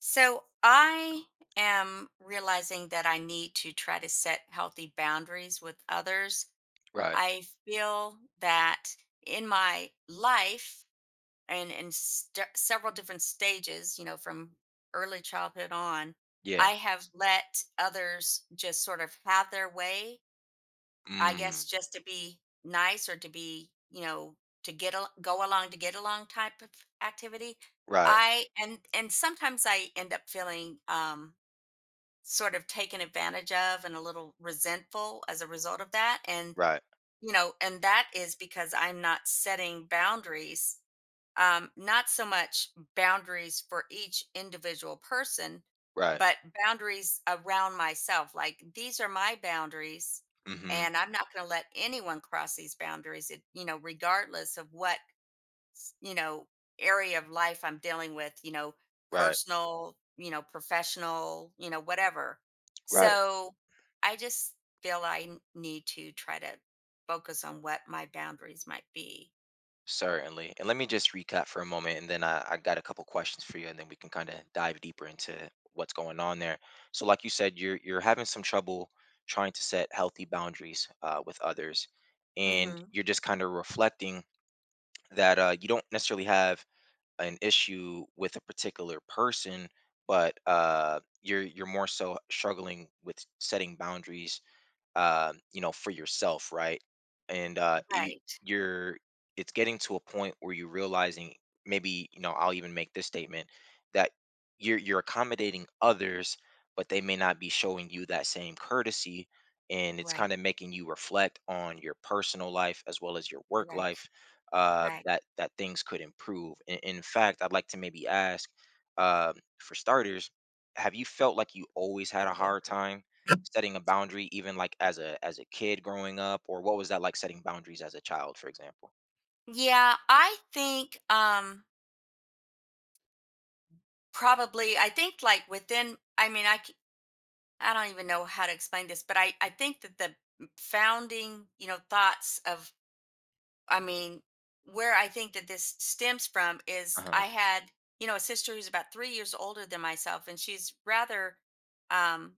So I am realizing that I need to try to set healthy boundaries with others. Right. I feel that in my life and in several different stages, you know, from early childhood on, Yeah. I have let others just sort of have their way, I Mm. guess, just to be nice or to be, you know, to go along to get along type of activity. Right. I and sometimes I end up feeling sort of taken advantage of and a little resentful as a result of that. And Right. you know, and that is because I'm not setting boundaries, not so much boundaries for each individual person, Right. but boundaries around myself. Like, these are my boundaries, Mhm. and I'm not going to let anyone cross these boundaries. Regardless of what s- you know area of life I'm dealing with, you know, Right. personal, you know, professional, you know, whatever. Right. So I just feel I need to try to focus on what my boundaries might be. Certainly. And let me just recap for a moment, and then I got a couple questions for you, and then we can kind of dive deeper into what's going on there. So, like you said, you're having some trouble trying to set healthy boundaries with others, and Hmm. you're just kind of reflecting that you don't necessarily have an issue with a particular person, but you're more so struggling with setting boundaries for yourself, right? And Right. you're, it's getting to a point where you're realizing maybe, I'll even make this statement that you're accommodating others, but they may not be showing you that same courtesy, and it's Right. kind of making you reflect on your personal life as well as your work Right, life. Uh, right. that that things could improve. In fact, I'd like to maybe ask, uh, for starters, have you felt like you always had a hard time setting a boundary, even like as a kid growing up? Or what was that like, setting boundaries as a child, for example? Yeah, I think probably, I think, like within, I mean, I don't even know how to explain this, but I think that the founding, you know, thoughts of, I mean, where I think that this stems from is I Uh-huh. had, you know, a sister who's about 3 years older than myself, and she's rather, um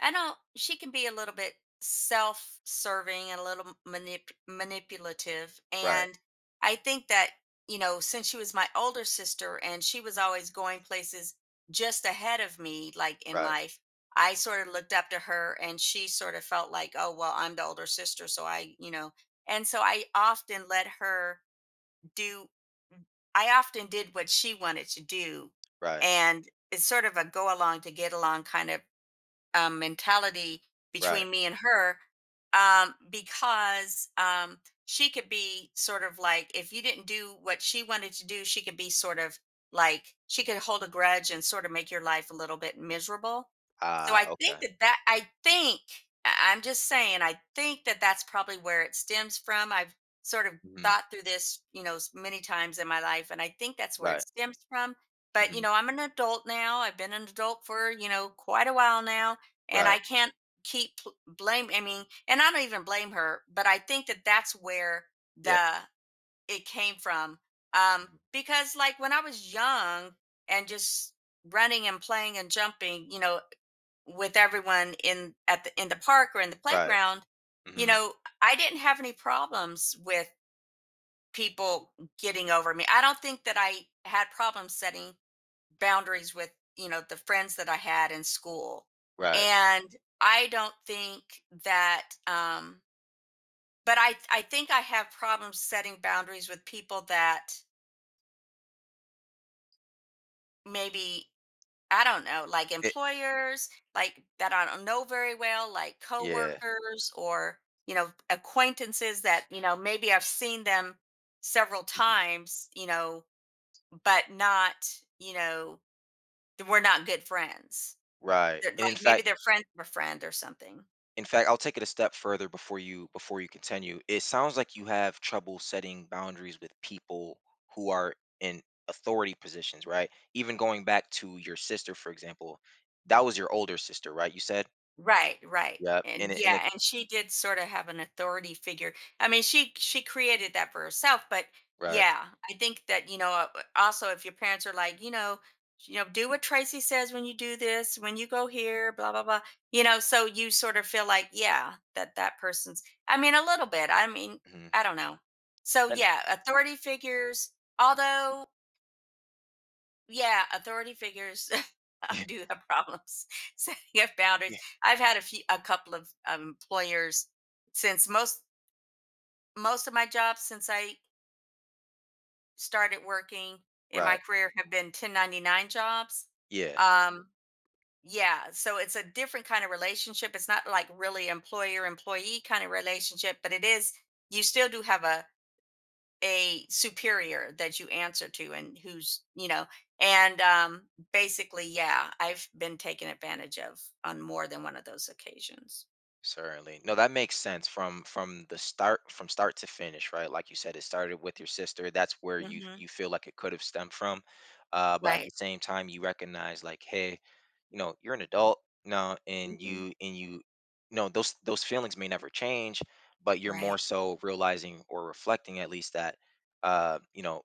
I don't. She can be a little bit self-serving and a little manipulative. Right. And I think that, you know, since she was my older sister and she was always going places just ahead of me, like in Right. life, I sort of looked up to her, and she sort of felt like, oh well, I'm the older sister, so I, you know. And so I often let her do. I often did what she wanted to do, Right. and it's sort of a go along to get along kind of mentality Right. between me and her, because she could be sort of like, if you didn't do what she wanted to do, she could be sort of like, she could hold a grudge and sort of make your life a little bit miserable. So Ah, I think okay. that that, I think, I'm just saying, I think that that's probably where it stems from. I've sort of Hmm. thought through this, you know, many times in my life, and I think that's where it Right. stems from. But you Hmm. know, I'm an adult now. I've been an adult for, you know, quite a while now, and Right. I can't keep blame. I mean, and I don't even blame her, but I think that that's where Yeah. the it came from. Mhm. Because like when I was young and just running and playing and jumping, you know, with everyone in at the in the park or in the Right. playground, you Hmm. know, I didn't have any problems with people getting over me. I don't think that I had problems setting boundaries with, you know, the friends that I had in school. Right. And I don't think that, um, but I think I have problems setting boundaries with people that maybe I don't know, like it, employers, like that I don't know very well, like yeah. coworkers or, you know, acquaintances that, you know, maybe I've seen them several Mhm. times, you know, but not, you know, we're not good friends. Right. They're and in like, maybe fact they're friends of a friend or something. In fact, I'll take it a step further before you continue. It sounds like you have trouble setting boundaries with people who are in authority positions, right? Even going back to your sister, for example, that was your older sister, right? You said. Right, right. Yep. And And it. yeah, and she did sort of have an authority figure. I mean, she created that for herself, but Right. yeah, I think that, you know, also if your parents are like, you know, do what Tracy says, when you do this, when you go here, blah blah blah. You know, so you sort of feel like, yeah, that that person's, I mean, a little bit. I mean, Hmm. I don't know. So Then. yeah, authority figures, although, yeah, authority figures do have problems setting up boundaries. Yeah. I've had a few, a couple of employers since most of my jobs since I started working in my Right. career have been 1099 jobs. Yeah. Um, yeah, so it's a different kind of relationship. It's not like really employer employee kind of relationship, but it is. You still do have a superior that you answer to, and who's, you know, and basically, yeah, I've been taken advantage of on more than one of those occasions. Certainly. No, that makes sense from start to finish, right? Like you said, it started with your sister. That's where you Hmm. you feel like it could have stemmed from. But at the Right. same time, you recognize, like, hey, you're an adult now, and Hmm. Those feelings may never change, but you're more Right. so realizing or reflecting, at least, that uh, you know,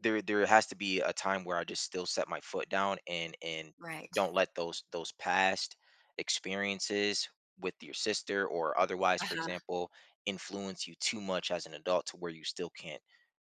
there has to be a time where I just still set my foot down and Right. don't let those past experiences with your sister or otherwise, for Uh-huh. example, influence you too much as an adult to where you still can't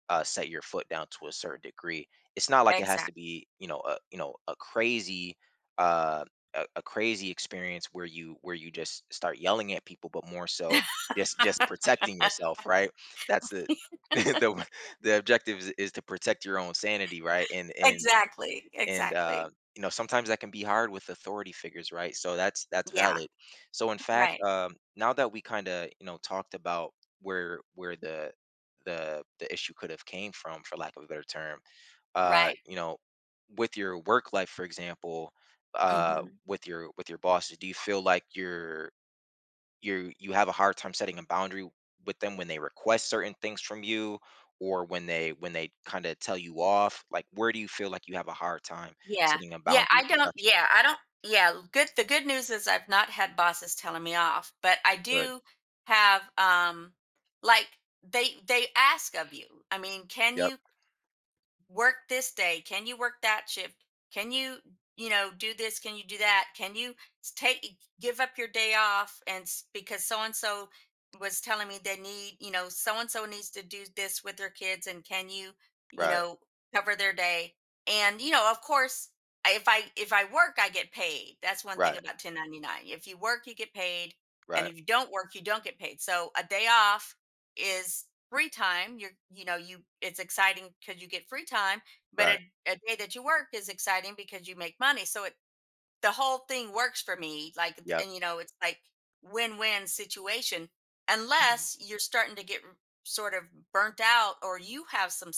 set your foot down to a certain degree. It's not like it has to Exactly. be uh, a crazy experience where you just start yelling at people, but more so just protecting yourself, right? That's the the the objective is to protect your own sanity, right, and and Exactly, and exactly. Sometimes that can be hard with authority figures, right, so that's Yeah. valid. So, in fact, Right, now that we kind of talked about where the issue could have came from, for lack of a better term, uh right. you know with your work life, for example, Hmm. With your bosses, do you feel like you have a hard time setting a boundary with them when they request certain things from you, or when they kind of tell you off? Like, where do you feel like you have a hard time Yeah. setting a boundary professionally? Yeah, I don't, yeah. Good, the good news is I've not had bosses telling me off, but I Good. do have, like, they ask of you. I mean, can Yep. you work this day? Can you work that shift? Can you, you know, do this? Can you do that? Can you take give up your day off and because so and so was telling me they need, you know, so and so needs to do this with their kids and can you, you Right. know, cover their day? And you know, of course, if I work, I get paid. That's one thing Right. about 1099. If you work, you get paid, and Right. if you don't work, you don't get paid. So a day off is free time. You're, you know, you, it's exciting because you get free time, but Right. A day that you work is exciting because you make money. So it, the whole thing works for me. Like Yep. and you know, it's like win-win situation Hmm. unless you're starting to get sort of burnt out, or you have some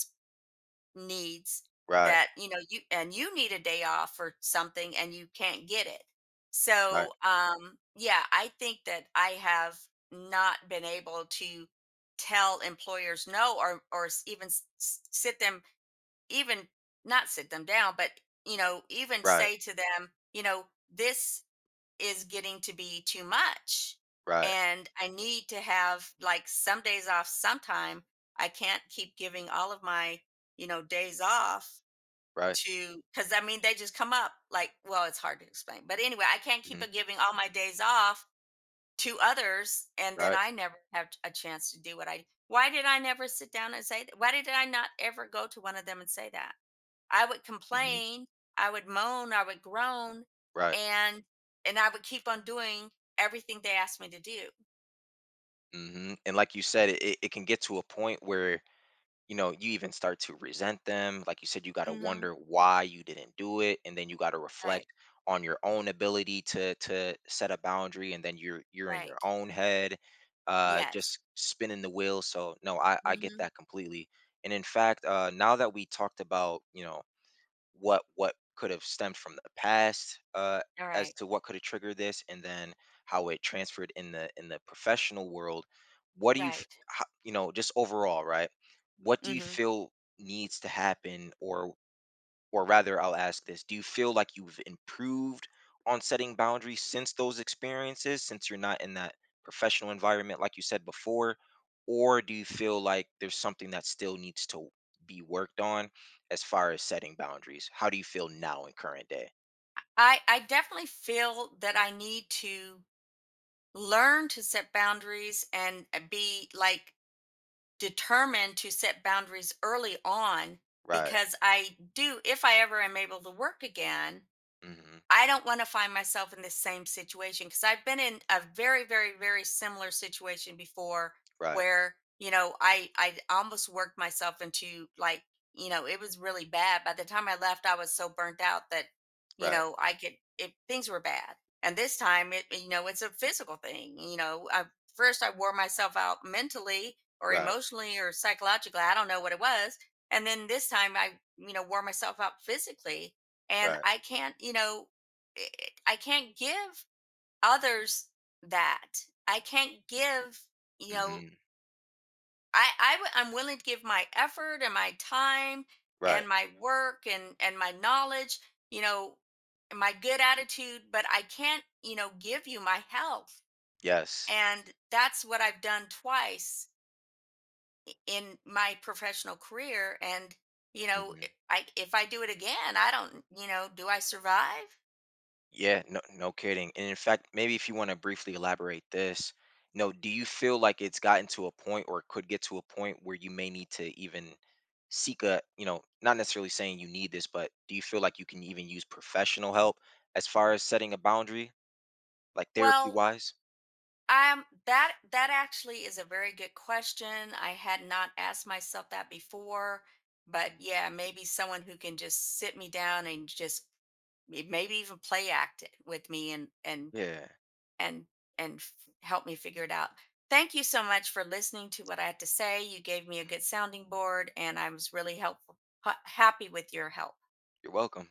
needs Right. that you know, you, and you need a day off or something and you can't get it. Right. So yeah, I think that I have not been able to tell employers no, or or even sit them, even not sit them down, but you know, even Right. say to them, you know, this is getting to be too much. Right. And I need to have like some days off sometime. I can't keep giving all of my, you know, days off Right. to because I mean they just come up like, well, it's hard to explain. But anyway, I can't keep Hmm. Giving all my days off to others, and then Right. I never have a chance to do what I, why did I never sit down and say that? Why did I not ever go to one of them and say that? I would Hmm. complain, I would moan, I would groan, Right. and and I would keep on doing everything they asked me to do. Hmm. And like you said, it can get to a point where you even start to resent them, like you said. You got to Hmm. wonder why you didn't do it, and then you got to reflect Right, on your own ability to set a boundary, and then you're in your right. own head, just Yes. spinning the wheel. So no, I get Hmm. that completely. And, in fact, now that we talked about what could have stemmed from the past, All as right. to what could have triggered this, and then how it transferred in the professional world. What do you f- Right. ho- you know just overall, right? What do you Mm-hmm. feel needs to happen, or rather, I'll ask this. Do you feel like you've improved on setting boundaries since those experiences, since you're not in that professional environment, like you said before? Or do you feel like there's something that still needs to be worked on as far as setting boundaries? How do you feel now in current day? I definitely feel that I need to learn to set boundaries, and be like determined to set boundaries early on, Right. because I do, if I ever am able to work again, Hmm. I don't want to find myself in the same situation, because I've been in a very, very, very similar situation before, Right. where, you know, I almost worked myself into like, you know, it was really bad. By the time I left, I was so burnt out that, you Right. know, I could, it, things were bad. And this time it, you know, it's a physical thing. You know, I, first I wore myself out mentally or Right. emotionally or psychologically. I don't know what it was. And then this time I, you know, wore myself out physically. And Right. I can't, you know, i- I can't give others that. I can't give, you know, Hmm. I I'm willing to give my effort and my time Right. and my work and my knowledge, you know, and my good attitude, but I can't, you know, give you my health. Yes. And that's what I've done twice in my professional career. And, you know, I, if I do it again, I don't, you know, do I survive? Yeah, no, no kidding. And, in fact, maybe if you want to briefly elaborate this, no, do you feel like it's gotten to a point or could get to a point where you may need to even seek you know, not necessarily saying you need this, but do you feel like you can even use professional help as far as setting a boundary, like therapy Well, wise? That that actually is a very good question. I had not asked myself that before, but Hmm. yeah, maybe someone who can just sit me down and just maybe even play act it with me and Yeah, and and f- help me figure it out. Thank you so much for listening to what I had to say. You gave me a mhm. good sounding board, and I was really helpful, happy with your help. You're welcome.